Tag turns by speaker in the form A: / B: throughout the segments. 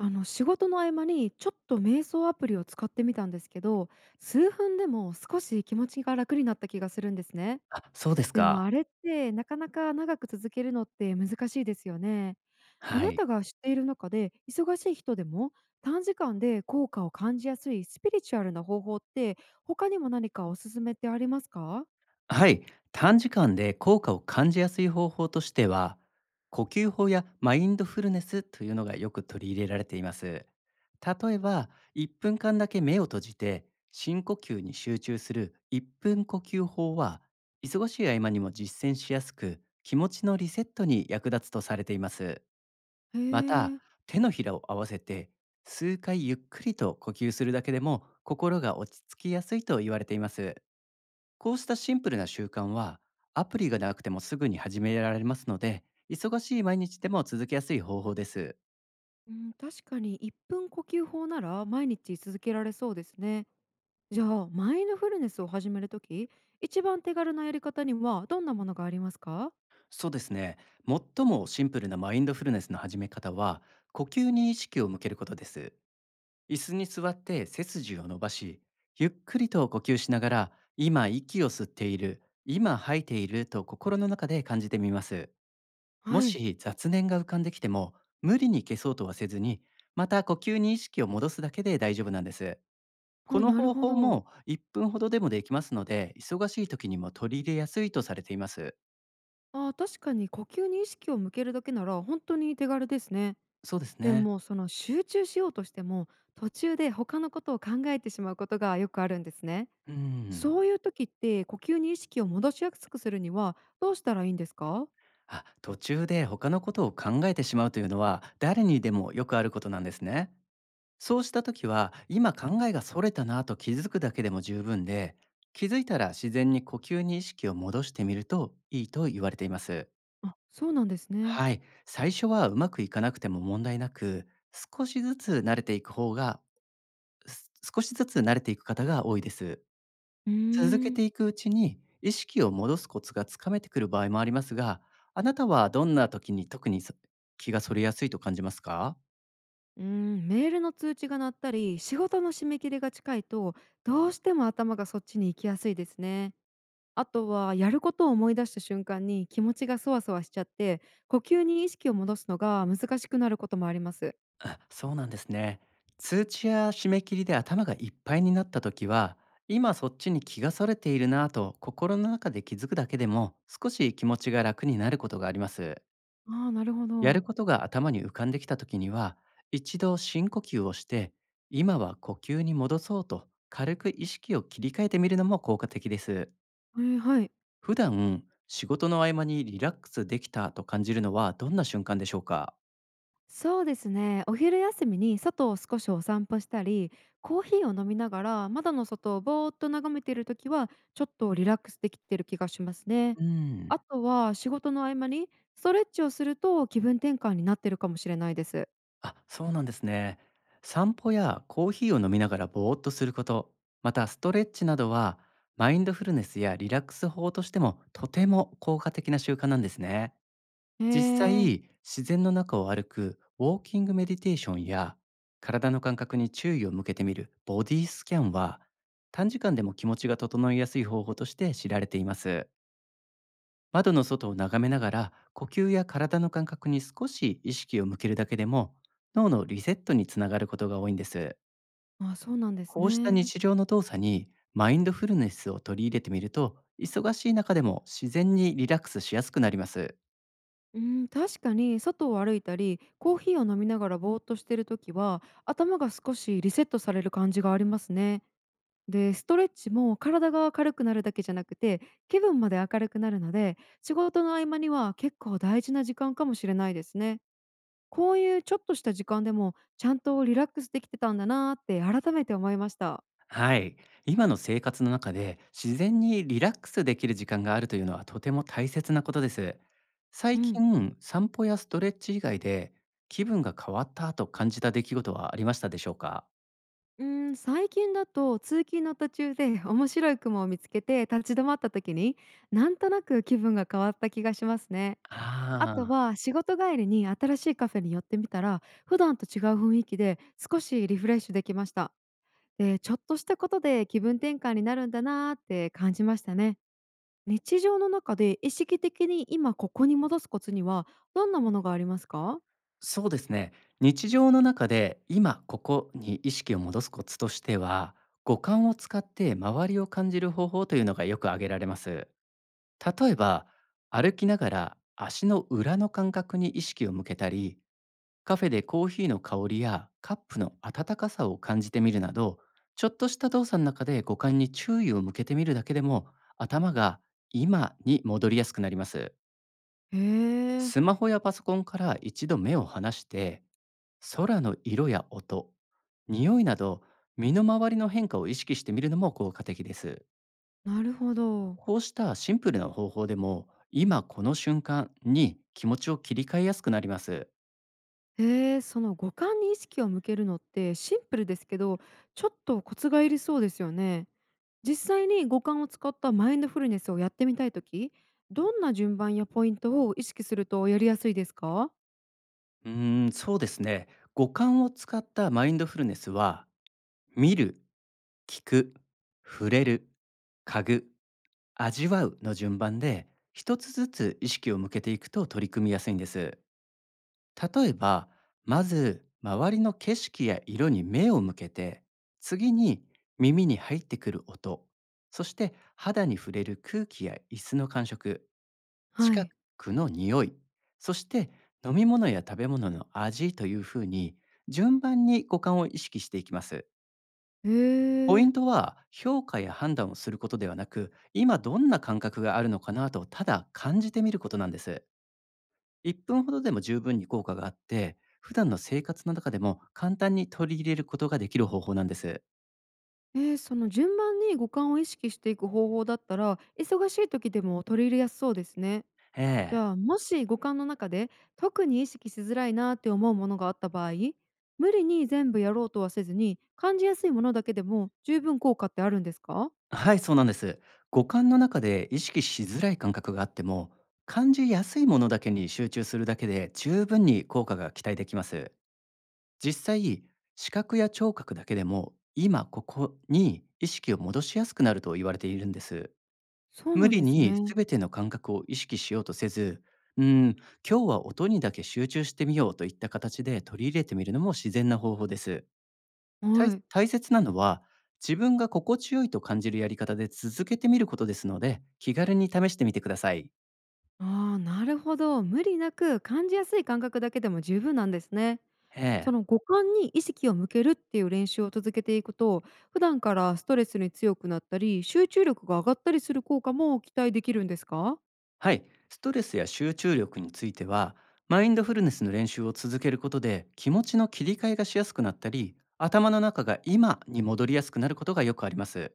A: あの仕事の合間にちょっと瞑想アプリを使ってみたんですけど、数分でも少し気持ちが楽になった気がするんですね。
B: あ、そうです
A: でも
B: か。
A: あれってなかなか長く続けるのって難しいですよね。あ
B: は
A: な
B: い。
A: たが知っている中で忙しい人でも短時間で効果を感じやすいスピリチュアルな方法って他にも何かおすすめってありますか？
B: はい。短時間で効果を感じやすい方法としては、呼吸法やマインドフルネスというのがよく取り入れられています。例えば、1分間だけ目を閉じて深呼吸に集中する1分呼吸法は、忙しい合間にも実践しやすく、気持ちのリセットに役立つとされています。
A: へ
B: また、
A: え、
B: 手のひらを合わせて数回ゆっくりと呼吸するだけでも心が落ち着きやすいと言われています。こうしたシンプルな習慣は、アプリがなくてもすぐに始められますので、忙しい毎日でも続けやすい方法です。
A: うん、確かに1分呼吸法なら毎日続けられそうですね。じゃあマインドフルネスを始めるとき一番手軽なやり方にはどんなものがありますか？
B: そうですね。最もシンプルなマインドフルネスの始め方は、呼吸に意識を向けることです。椅子に座って背筋を伸ばし、ゆっくりと呼吸しながら、今息を吸っている、今吐いていると心の中で感じてみます。も
A: はい。
B: し雑念が浮かんできても、無理に消そうとはせずに、また呼吸に意識を戻すだけで大丈夫なんです。こ
A: あ、
B: の
A: なる
B: 方
A: ほ
B: 法
A: ど。
B: も1分ほどでもできますので、忙しい時にも取り入れやすいとされています。
A: あ、確かに呼吸に意識を向けるだけなら本当に手軽ですね。
B: そうです
A: で
B: ね。
A: もその集中しようとしても途中で他のことを考えてしまうことがよくあるんですね。
B: うん。
A: そういう時って呼吸に意識を戻しやすくするにはどうしたらいいんですか？
B: あ、途中で他のことを考えてしまうというのは、誰にでもよくあることなんですね。そうした時は、今考えが逸れたなと気づくだけでも十分で、気づいたら自然に呼吸に意識を戻してみるといいと言われています。
A: あ、そうなんですね。
B: はい。最初はうまくいかなくても問題なく、少しずつ慣れていく方が少しずつ慣れていく方が多いです。
A: うー
B: 続け
A: ん
B: ていくうちに、意識を戻すコツがつかめてくる場合もありますが、あなたはどんな時に特に気がそれやすいと感じますか？
A: メールの通知が鳴ったり、仕事の締め切りが近いと、どうしても頭がそっちに行きやすいですね。あとは、やることを思い出した瞬間に気持ちがそわそわしちゃって、呼吸に意識を戻すのが難しくなることもあります。
B: あ、そうなんですね。通知や締め切りで頭がいっぱいになった時は、今そっちに気がそれているなぁと心の中で気づくだけでも少し気持ちが楽になることがあります。
A: ああー、なるほ
B: やる
A: ど。
B: ことが頭に浮かんできた時には、一度深呼吸をして、今は呼吸に戻そうと軽く意識を切り替えてみるのも効果的です。
A: えー、はい。
B: 普段、仕事の合間にリラックスできたと感じるのはどんな瞬間でしょうか？
A: そうですね。お昼休みに外を少しお散歩したり、コーヒーを飲みながら窓の外をぼーっと眺めているときは、ちょっとリラックスできてる気がしますね。
B: うん。
A: あとは仕事の合間にストレッチをすると気分転換になってるかもしれないです。
B: あ、そうなんですね。散歩やコーヒーを飲みながらぼーっとすること、またストレッチなどは、マインドフルネスやリラックス法としてもとても効果的な習慣なんですね。
A: へ
B: 実
A: え、
B: 際、自然の中を歩くウォーキングメディテーションや、体の感覚に注意を向けてみるボディスキャンは、短時間でも気持ちが整いやすい方法として知られています。窓の外を眺めながら、呼吸や体の感覚に少し意識を向けるだけでも、脳のリセットにつながることが多いんです。
A: あ、そうなんです
B: こうした
A: ね。
B: 日常の動作に、マインドフルネスを取り入れてみると、忙しい中でも自然にリラックスしやすくなります。
A: うん、確かに外を歩いたり、コーヒーを飲みながらぼーっとしてるときは、頭が少しリセットされる感じがありますね。で、ストレッチも体が軽くなるだけじゃなくて、気分まで明るくなるので、仕事の合間には結構大事な時間かもしれないですね。こういうちょっとした時間でも、ちゃんとリラックスできてたんだなーって改めて思いました。
B: はい。今の生活の中で自然にリラックスできる時間があるというのはとても大切なことです。
A: う
B: 最
A: ん、
B: 近、散歩やストレッチ以外で気分が変わったと感じた出来事はありましたでしょうか？
A: 最近だと通勤の途中で面白い雲を見つけて立ち止まった時になんとなく気分が変わった気がしますね。あ
B: あ
A: と
B: あ、
A: は仕事帰りに新しいカフェに寄ってみたら普段と違う雰囲気で少しリフレッシュできました。で、ちょっとしたことで気分転換になるんだなーって感じましたね。日常の中で意識的に今ここに戻すコツにはどんなものがありますか？
B: そうですね。日常の中で今ここに意識を戻すコツとしては、五感を使って周りを感じる方法というのがよく挙げられます。例えば、歩きながら足の裏の感覚に意識を向けたり、カフェでコーヒーの香りやカップの温かさを感じてみるなど、ちょっとした動作の中で五感に注意を向けてみるだけでも、頭が今に戻りやすくなります。
A: へえ、
B: スマホやパソコンから一度目を離して、空の色や音、匂いなど、身の回りの変化を意識してみるのも効果的です。
A: なるほど。
B: こうしたシンプルな方法でも、今この瞬間に気持ちを切り替えやすくなります。
A: へえ、その五感に意識を向けるのってシンプルですけど、ちょっとコツがいりそうですよね。実際に五感を使ったマインドフルネスをやってみたいとき、どんな順番やポイントを意識するとやりやすいですか？
B: うーん、そうですね。五感を使ったマインドフルネスは、見る、聞く、触れる、嗅ぐ、味わうの順番で、一つずつ意識を向けていくと取り組みやすいんです。例えば、まず周りの景色や色に目を向けて、次に耳に入ってくる音、そして肌に触れる空気や椅子の感触、
A: は
B: 近
A: い。
B: くの匂い、そして飲み物や食べ物の味というふうに順番に五感を意識していきます。
A: へ
B: ポイ
A: え、
B: ントは評価や判断をすることではなく、今どんな感覚があるのかなとただ感じてみることなんです。1分ほどでも十分に効果があって、普段の生活の中でも簡単に取り入れることができる方法なんです。
A: その順番に五感を意識していく方法だったら、忙しい時でも取り入れやすそうですね。
B: え
A: じ
B: え、
A: ゃあ、もし五感の中で特に意識しづらいなって思うものがあった場合、無理に全部やろうとはせずに、感じやすいものだけでも十分効果ってあるんですか？
B: はい、そうなんです。五感の中で意識しづらい感覚があっても、感じやすいものだけに集中するだけで十分に効果が期待できます。実際、視覚や聴覚だけでも今ここに意識を戻しやすくなると言われているんです。
A: そう
B: 無
A: なん
B: 理
A: です
B: に
A: ね。
B: 全ての感覚を意識しようとせず、うん、今日は音にだけ集中してみようといった形で取り入れてみるのも自然な方法です。大
A: はい。
B: 大切なのは、自分が心地よいと感じるやり方で続けてみることですので、気軽に試してみてください。
A: ああ、なるほど。無理なく感じやすい感覚だけでも十分なんですね。
B: ええ。
A: その五感に意識を向けるっていう練習を続けていくと、普段からストレスに強くなったり、集中力が上がったりする効果も期待できるんですか？
B: はい。ストレスや集中力については、マインドフルネスの練習を続けることで気持ちの切り替えがしやすくなったり、頭の中が今に戻りやすくなることがよくあります。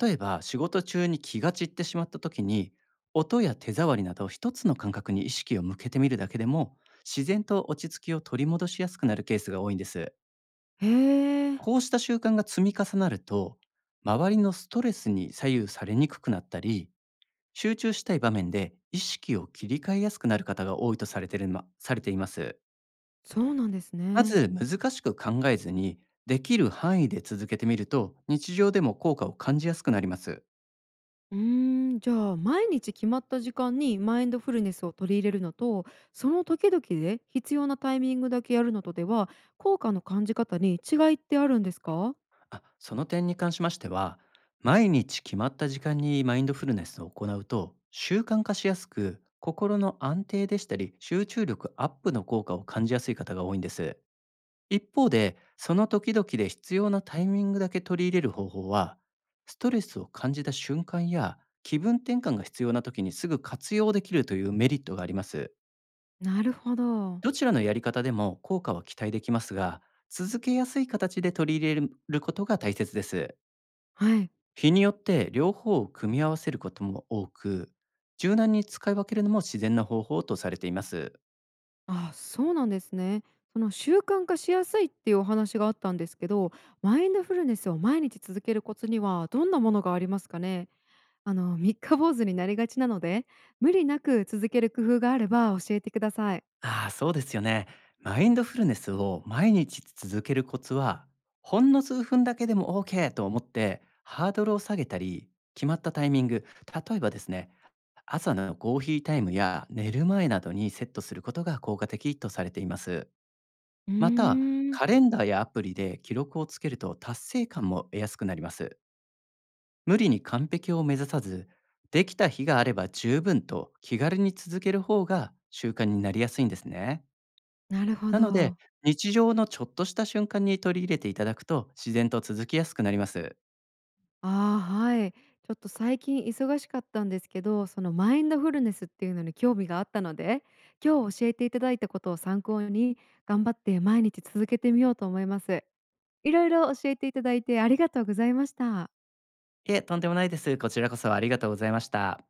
B: 例えば、仕事中に気が散ってしまった時に、音や手触りなど一つの感覚に意識を向けてみるだけでも、自然と落ち着きを取り戻しやすくなるケースが多いんです。
A: へえ、
B: こうした習慣が積み重なると、周りのストレスに左右されにくくなったり、集中したい場面で意識を切り替えやすくなる方が多いとされています。
A: そうなんです
B: ま
A: ね。
B: ず難しく考えずに、できる範囲で続けてみると、日常でも効果を感じやすくなります。
A: じゃあ毎日決まった時間にマインドフルネスを取り入れるのと、その時々で必要なタイミングだけやるのとでは、効果の感じ方に違いってあるんですか？
B: あ、その点に関しましては、毎日決まった時間にマインドフルネスを行うと、習慣化しやすく、心の安定でしたり、集中力アップの効果を感じやすい方が多いんです。一方で、その時々で必要なタイミングだけ取り入れる方法は、ストレスを感じた瞬間や気分転換が必要な時にすぐ活用できるというメリットがあります。
A: なるほど。
B: どちらのやり方でも効果は期待できますが、続けやすい形で取り入れることが大切です。
A: はい。
B: 日によって両方を組み合わせることも多く、柔軟に使い分けるのも自然な方法とされています。
A: あ、そうなんですね。その習慣化しやすいっていうお話があったんですけど、マインドフルネスを毎日続けるコツにはどんなものがありますかね。三日坊主になりがちなので、無理なく続ける工夫があれば教えてください。
B: ああ、そうですよね。マインドフルネスを毎日続けるコツは、ほんの数分だけでも OK と思ってハードルを下げたり、決まったタイミング、例えばですね、朝のコーヒータイムや寝る前などにセットすることが効果的とされています。
A: うー
B: また、
A: ん、
B: カレンダーやアプリで記録をつけると達成感も得やすくなります。無理に完璧を目指さず、できた日があれば十分と気軽に続ける方が習慣になりやすいんですね。
A: なるほ
B: なので、
A: ど。
B: 日常のちょっとした瞬間に取り入れていただくと、自然と続きやすくなります。
A: ああ、はい。ちょっと最近忙しかったんですけど、そのマインドフルネスっていうのに興味があったので、今日教えていただいたことを参考に頑張って毎日続けてみようと思います。いろいろ教えていただいてありがとうございました。
B: いえ、とんでもないです。こちらこそありがとうございました。